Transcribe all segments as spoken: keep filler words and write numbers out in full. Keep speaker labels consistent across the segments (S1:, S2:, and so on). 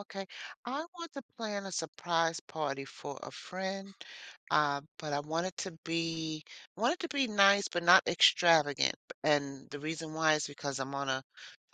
S1: Okay, I want to plan a surprise party for a friend, uh, but I want it to be I want it to be nice, but not extravagant. And the reason why is because I'm on a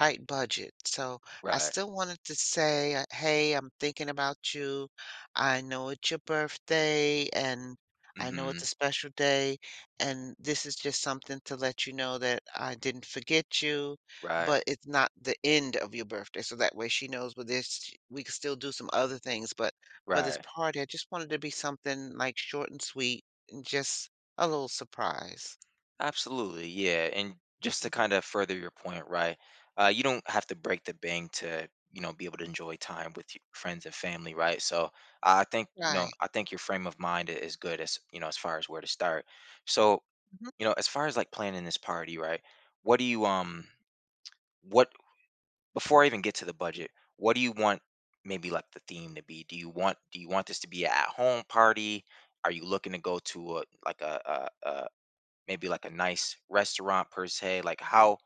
S1: tight budget. So I
S2: Right.
S1: still wanted to say, uh, "Hey, I'm thinking about you. I know it's your birthday, and I know it's a
S2: Hmm.
S1: special day, and this is just something to let you know that I didn't forget you."
S2: Right.
S1: But it's not the end of your birthday, so that way she knows, well, this we can still do some other things, but for this
S2: Right.
S1: party, I just wanted to be something, like, short and sweet and just a little surprise.
S2: Absolutely. Yeah. And just to
S1: Mhm.
S2: kind of further your point, right? Uh, you don't have to break the bank to, you know, be able to enjoy time with your friends and family, right? So I think, you know,
S1: Right.
S2: I think your frame of mind i- is good as, you know, as far as where to start. So,
S1: Mhm.
S2: you know, as far as like planning this party, right? What do you um what Before I even get to the budget, what do you want, maybe like the theme to be? Do you want do you want this to be an at home party? Are you looking to go to a like a, a, a maybe like a nice restaurant per se? Like how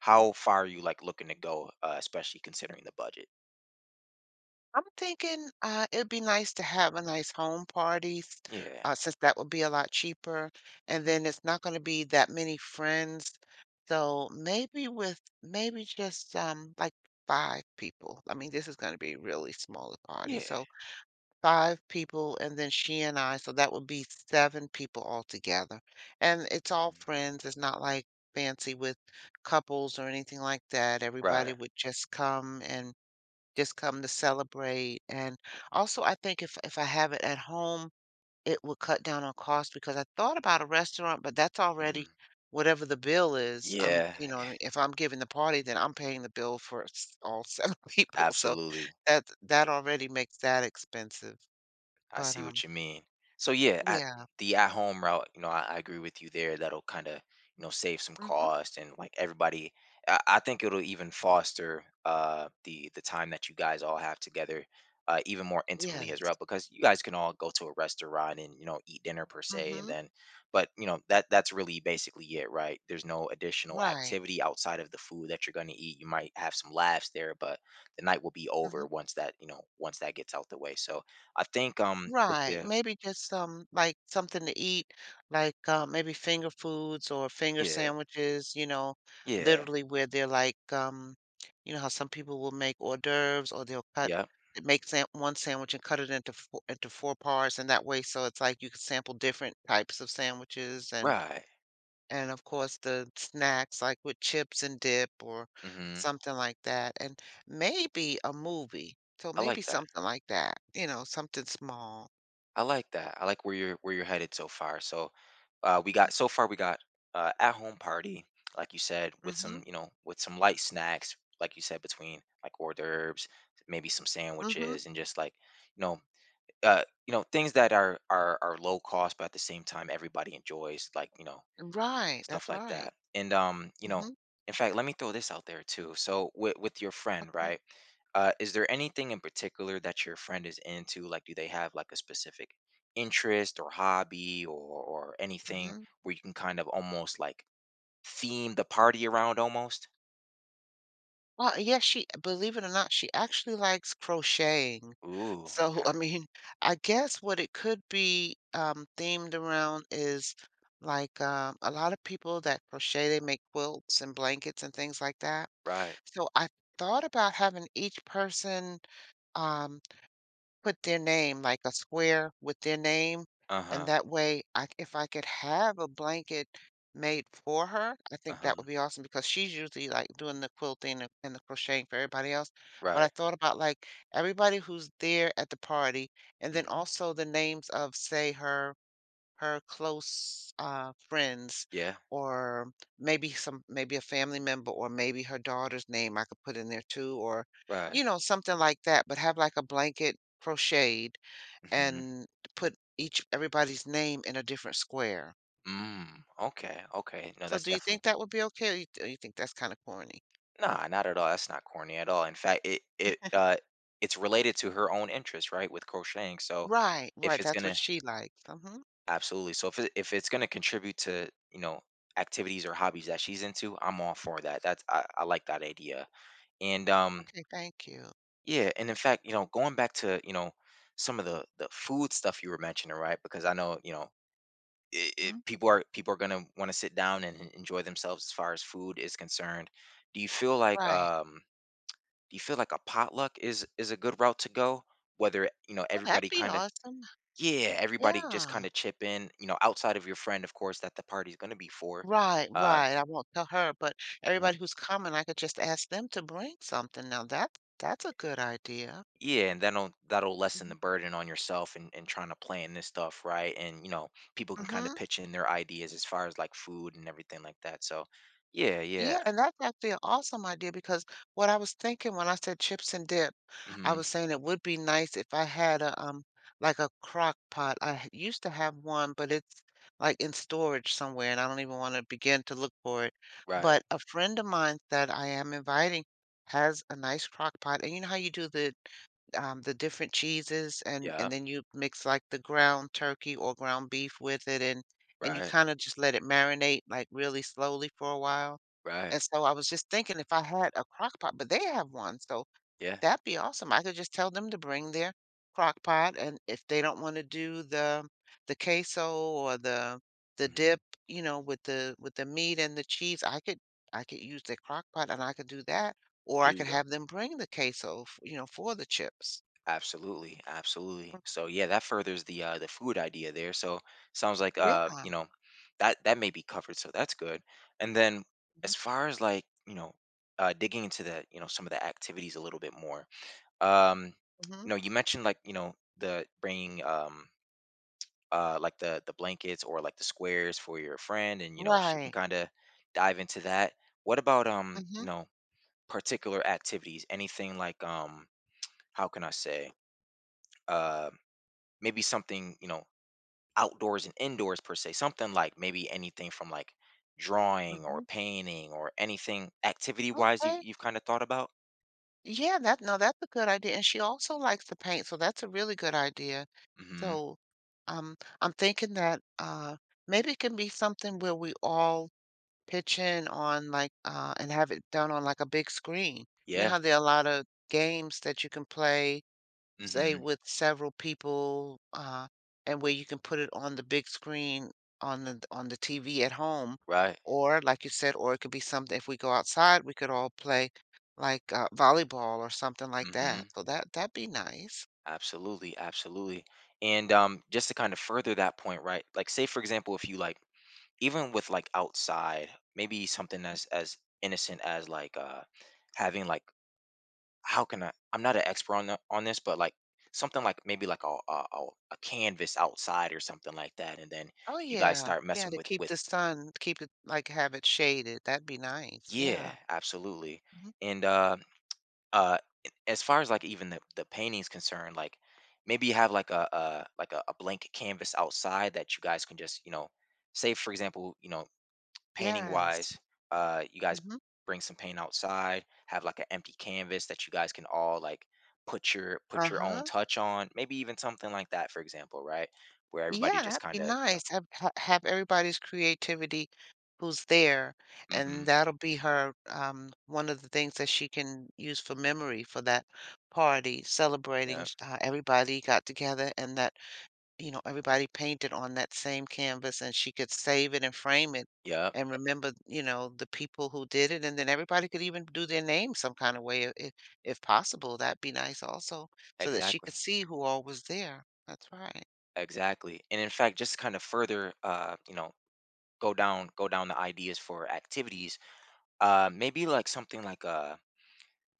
S2: How far are you like looking to go, uh, especially considering the budget?
S1: I'm thinking, uh, it'd be nice to have a nice home party, s
S2: Yeah.
S1: uh, since that would be a lot cheaper, and
S2: Hmm.
S1: then it's not gonna be that many friends, so maybe with maybe just, um, like, five people. I mean, this is gonna be a really small party,
S2: Yeah.
S1: so five people and then she and I, so that would be seven people altogether. And it's all
S2: Mhm.
S1: friends, it's not like fancy with couples or anything like that. Everybody
S2: Right.
S1: would just come and just come to celebrate. And also I think if if I have it at home, it would cut down on cost because I thought about a restaurant, but that's already
S2: Hmm.
S1: whatever the bill is. I'm,
S2: Yeah.
S1: you know, what I mean? If I'm giving the party, then I'm paying the bill for s- all seven people. So
S2: Absolutely.
S1: that that already makes that expensive.
S2: I
S1: But,
S2: see
S1: um,
S2: what you mean. So yeah, at
S1: yeah.
S2: the at home route, you know, I, I agree with you there. That'll kind of, you know save some
S1: Mhm.
S2: cost and like everybody. I, I think it'll even foster uh the the time that you guys all have together. Uh, even more intimately as
S1: Yes.
S2: well, because you guys can all go to a restaurant and you know eat dinner per se, and
S1: Mhm.
S2: then, but you know that that's really basically it. Right there's no additional
S1: Right.
S2: activity outside of the food that you're going to eat. You might have some laughs there, but the night will be
S1: Mm
S2: over
S1: mhm.
S2: once that, you know once that gets out the way. So I think, um, with
S1: Right,
S2: the,
S1: maybe just some like, something to eat, like, uh, maybe finger foods or finger
S2: yeah,
S1: sandwiches, you know,
S2: yeah,
S1: literally where they're like, um, you know how some people will make hors d'oeuvres or they'll cut
S2: yep,
S1: make sam one sandwich and cut it into fo into four parts, and that way so it's like you can sample different types of sandwiches and
S2: right,
S1: And, of course, the snacks, like, with chips and dip or
S2: mhm,
S1: something like that, and maybe a movie. So,
S2: I
S1: maybe
S2: like that,
S1: something like that, you know, something small.
S2: I like that, I like where you're where you're headed so far, so, uh, we got so far, we got, uh, at home party, like you said,
S1: Mm
S2: with some,
S1: mhm.
S2: you know, with some light snacks, like you said, between, like, hors d'oeuvres, maybe some
S1: Mm mhm.
S2: sandwiches, and just, like, you know, uh, you know, things that are are are low cost, but at the same time everybody enjoys, like, you know,
S1: Right,
S2: stuff
S1: that's
S2: like that.
S1: right.
S2: And um, you
S1: Mm
S2: know,
S1: mhm.
S2: in fact, let me throw this out there too. So with with your friend,
S1: Okay.
S2: right? Uh, is there anything in particular that your friend is into? Like, do they have like a specific interest or hobby or or anything
S1: Mhm.
S2: where you can kind of almost like theme the party around almost?
S1: Well, yeah, she believe it or not, she actually likes crocheting.
S2: Ooh,
S1: So,
S2: okay,
S1: I mean, I guess what it could be um, themed around is like um, a lot of people that crochet, they make quilts and blankets and things like that.
S2: right.
S1: So I thought about having each person um, put their name, like a square with their name,
S2: Uh
S1: and
S2: huh.
S1: that way I if I could have a blanket made for her, I
S2: Uh
S1: think
S2: huh.
S1: that would be awesome because she's usually, like, doing the quilting and and the crocheting for everybody else, but I
S2: Right.
S1: thought about, like, everybody who's there at the party, and then
S2: Mhm.
S1: also the names of, say, her her close uh, friends
S2: Yeah.
S1: or maybe some maybe a family member or maybe her daughter's name I could put in there too or
S2: Right.
S1: you know something like that but have like a blanket crocheted
S2: Hmm.
S1: and put each everybody's name in a different square.
S2: Mm, okay. Okay. No,
S1: So
S2: that's
S1: do you
S2: definitely.
S1: think that would be okay or you, or you think that's kind of corny?
S2: Nah, not at all. That's not corny at all. In fact, it it uh it's related to her own interest, right, with crocheting. So
S1: Right,
S2: if
S1: right.
S2: it's
S1: That's what
S2: gonna
S1: she likes. Hmm.
S2: absolutely, so if it, if it's gonna contribute to, you know activities or hobbies that she's into, I'm all for that. That's, I, I like that idea. And um
S1: Okay, thank you.
S2: yeah, and in fact, you know, going back to, you know some of the the food stuff you were mentioning, right? Because I know, you know it, it,
S1: Mhm.
S2: people are people are gonna want to sit down and en- enjoy themselves as far as food is concerned. Do you feel like
S1: Right.
S2: um Do you feel like a potluck is is a good route to go? Whether, you know,
S1: Oh, that'd
S2: everybody
S1: be
S2: kinda,
S1: awesome.
S2: yeah, everybody just
S1: Yeah.
S2: kinda chip in, you know, outside of your friend, of course, that the party's gonna be for.
S1: Right,
S2: Um,
S1: right. I won't tell her, but
S2: you know
S1: everybody who's coming, I could just ask them to bring something. Now that that's a good idea.
S2: yeah, and that'll that'll lessen the
S1: Mhm.
S2: burden on yourself, and, and trying to plan this stuff, right? And you know, people can kind of
S1: Mhm.
S2: pitch in their ideas as far as like food and everything like that. So yeah, yeah.
S1: Yeah, and that's actually an awesome idea because what I was thinking when I said chips and dip, I
S2: Hmm.
S1: was saying it would be nice if I had a um like a crock pot. I h- used to have one, but it's like in storage somewhere, and I don't even want to begin to look for it.
S2: Right.
S1: But a friend of mine that I am inviting has a nice crock pot, and you know how you do the um, the different cheeses and
S2: Yeah.
S1: and then you mix like the ground turkey or ground beef with it and and you
S2: Right.
S1: kind of just let it marinate like really slowly for a while.
S2: Right.
S1: And so I was just thinking if I had a crock pot, but they have one, so
S2: Yeah.
S1: that'd be awesome. I could just tell them to bring their crock pot and if they don't want to do the the queso or the the
S2: Hmm.
S1: dip, you know, with the with the meat and the cheese, I could I could use their crock pot and I could do that. Or
S2: There
S1: I
S2: you
S1: could
S2: go.
S1: have them bring the queso, f- you know, for the chips.
S2: Absolutely, absolutely. So yeah, that furthers the uh the food idea there. So sounds like uh,
S1: Yeah.
S2: you know, that that may be covered, so that's good. And then
S1: Mm
S2: as far as like, you know, uh digging into the, you know, some of the activities a little bit more. Um,
S1: mhm.
S2: you know, you mentioned like, you know, the bringing um uh like the the blankets or like the squares for your friend, and you know, she can
S1: Right.
S2: kind of dive into that. What about um,
S1: Mm.
S2: you
S1: Mhm.
S2: know, particular activities? Anything like um how can I say? Uh, maybe something, you know outdoors and indoors per se, something like maybe anything from like
S1: Mm
S2: drawing or
S1: mhm.
S2: painting or anything activity wise you've,
S1: Okay.
S2: you've kind of thought about.
S1: Yeah, that no, that's a good idea, and she also likes to paint, so that's a really good idea.
S2: Mm-hmm.
S1: So, um, I'm thinking that, uh, maybe it can be something where we all pitch in on, like, uh and have it done on, like, a big screen. You know
S2: Yeah.
S1: how there are a lot of games that you can play say
S2: Mm-hmm.
S1: with several people, uh, and where you can put it on the big screen on the on the T V at home,
S2: Right.
S1: or like you said, or it could be something if we go outside, we could all play like uh, volleyball or something like that.
S2: Mm-hmm.
S1: So that that'd be nice.
S2: Absolutely, absolutely. And um just to kind of further that point, right, like say for example, if you like, even with like outside, maybe something as as innocent as like uh having like, how can I? I'm not an expert on the, on this, but like something like maybe like a, a a a canvas outside or something like that, and then
S1: Oh
S2: you guys
S1: yeah,
S2: start
S1: yeah,
S2: messing
S1: to
S2: with
S1: keep
S2: with
S1: the sun, keep it like have it shaded. That'd be nice.
S2: yeah,
S1: Yeah.
S2: absolutely.
S1: Mhm.
S2: And uh, uh, as far as like even the the painting's concerned, like maybe you have like a, a like a, a blank canvas outside that you guys can just, you know say for example, you know painting
S1: Yes.
S2: wise, uh, you guys
S1: Hmm.
S2: bring some paint outside, have like an empty canvas that you guys can all like put your put your own
S1: Uh-huh.
S2: touch on, maybe even something like that, for example, right? Where
S1: Yeah,
S2: everybody
S1: that'd
S2: just kind
S1: be
S2: of, you know,
S1: nice. Have ha have everybody's creativity who's there,
S2: mm-hmm,
S1: and that'll be her, um, one of the things that she can use for memory for that party,
S2: yeah,
S1: celebrating sh uh, everybody got together and that, you know, everybody painted on that same canvas, and she could save it and frame it
S2: yeah,
S1: and remember, you know, the people who did it, and then everybody could even do their name some kind of way if if possible. That'd be nice also so that she
S2: exactly,
S1: could see who all was there. That's right.
S2: exactly. And in fact, just kind of further, uh, you know, go down go down the ideas for activities. Uh, maybe like something like a,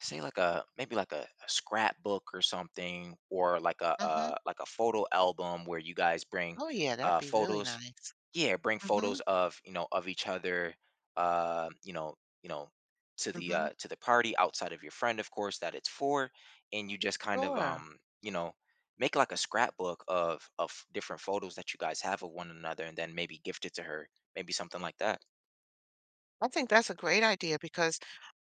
S2: say like a, maybe like a, a scrapbook or something, or like a,
S1: Mhm.
S2: uh, like a photo album where you guys bring
S1: Oh, yeah, that'd
S2: uh
S1: be really
S2: photos,
S1: nice.
S2: yeah, bring
S1: Mm
S2: photos
S1: mhm.
S2: of, you know of each other, uh you know you know to
S1: Mm
S2: the uh
S1: mhm.
S2: to the party, outside of your friend, of course, that it's for, and you just kind of
S1: Sure.
S2: um you know make like a scrapbook of of different photos that you guys have of one another, and then maybe gift it to her, maybe something like that.
S1: I think that's a great idea because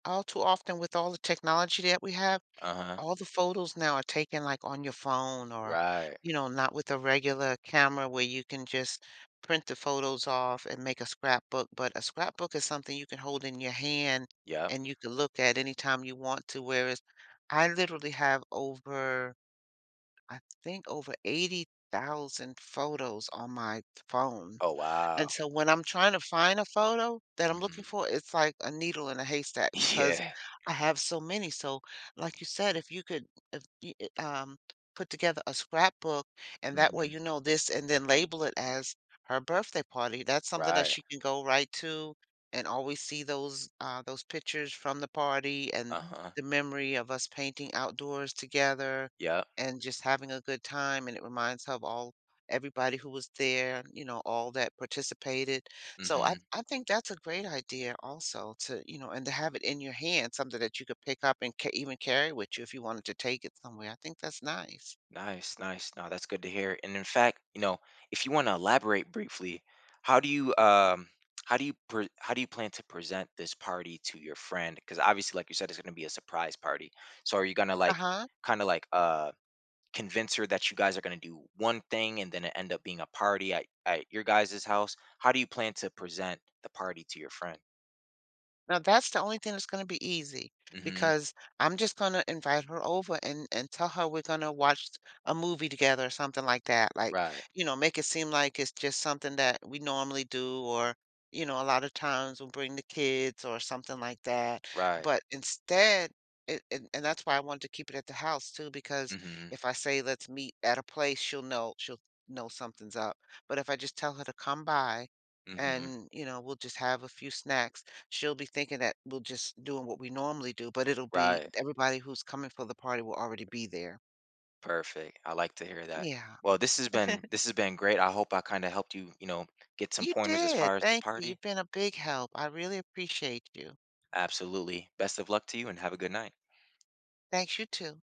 S1: all too often with all the technology that we have,
S2: Uh-huh.
S1: all the photos now are taken, like, on your phone or,
S2: Right.
S1: you know, not with a regular camera where you can just print the photos off and make a scrapbook, but a scrapbook is something you can hold in your hand
S2: Yep.
S1: and you can look at anytime you want to, whereas I literally have over I think over eighty thousand photos on my phone.
S2: Oh
S1: And
S2: wow.
S1: so when I'm trying to find a photo that I'm looking
S2: Hmm.
S1: for, it's like a needle in a haystack because
S2: Yeah.
S1: I have so many. So like you said, if you could if you, uh, um put together a scrapbook and that way
S2: Mhm.
S1: you know this and then label it as her birthday party, that's something that
S2: Right.
S1: she can go right to and always see those uh those pictures from the party and
S2: Uh-huh.
S1: the memory of us painting outdoors together
S2: Yep.
S1: and just having a good time and it reminds her of all everybody who was there, you know, all that participated. So I,
S2: Mhm.
S1: I think that's a great idea also to, you know, and to have it in your hand, something that you could pick up and ca- even carry with you if you wanted to take it somewhere. I think that's nice.
S2: Nice, nice. No, that's good to hear. And in fact, you know, if you want to elaborate briefly, how do you um how do you pre- how do you plan to present this party to your friend? Because obviously, like you said, it's going to be a surprise party. So are you going to
S1: Uh
S2: like
S1: huh.
S2: kind of like uh convince her that you guys are going to do one thing, and then it end up being a party at, at your guys' house? How do you plan to present the party to your friend?
S1: Now that's the only thing that's gonna be easy
S2: Mhm.
S1: because I'm just gonna invite her over and and tell her we're gonna watch a movie together or something like that. Like,
S2: Right.
S1: you know, make it seem like it's just something that we normally do or, you know, a lot of times we'll bring the kids or something like that.
S2: Right.
S1: But instead, it, and, and that's why I wanted to keep it at the house too, because
S2: Mhm.
S1: if I say let's meet at a place, she'll know she'll know something's up. But if I just tell her to come by
S2: Mhm.
S1: and, you know, we'll just have a few snacks she'll be thinking that we're just doing what we normally do, but it'll be
S2: Right.
S1: everybody who's coming for the party will already be there.
S2: Perfect. I like to hear that.
S1: Yeah.
S2: Well, this has been this has been great. I hope I kind of helped you, you know, get some
S1: You
S2: pointers as
S1: did.
S2: far as the
S1: Thank you.
S2: party.
S1: You've been a big help. I really appreciate you.
S2: Absolutely. Best of luck to you, and have a good night.
S1: Thanks, you too.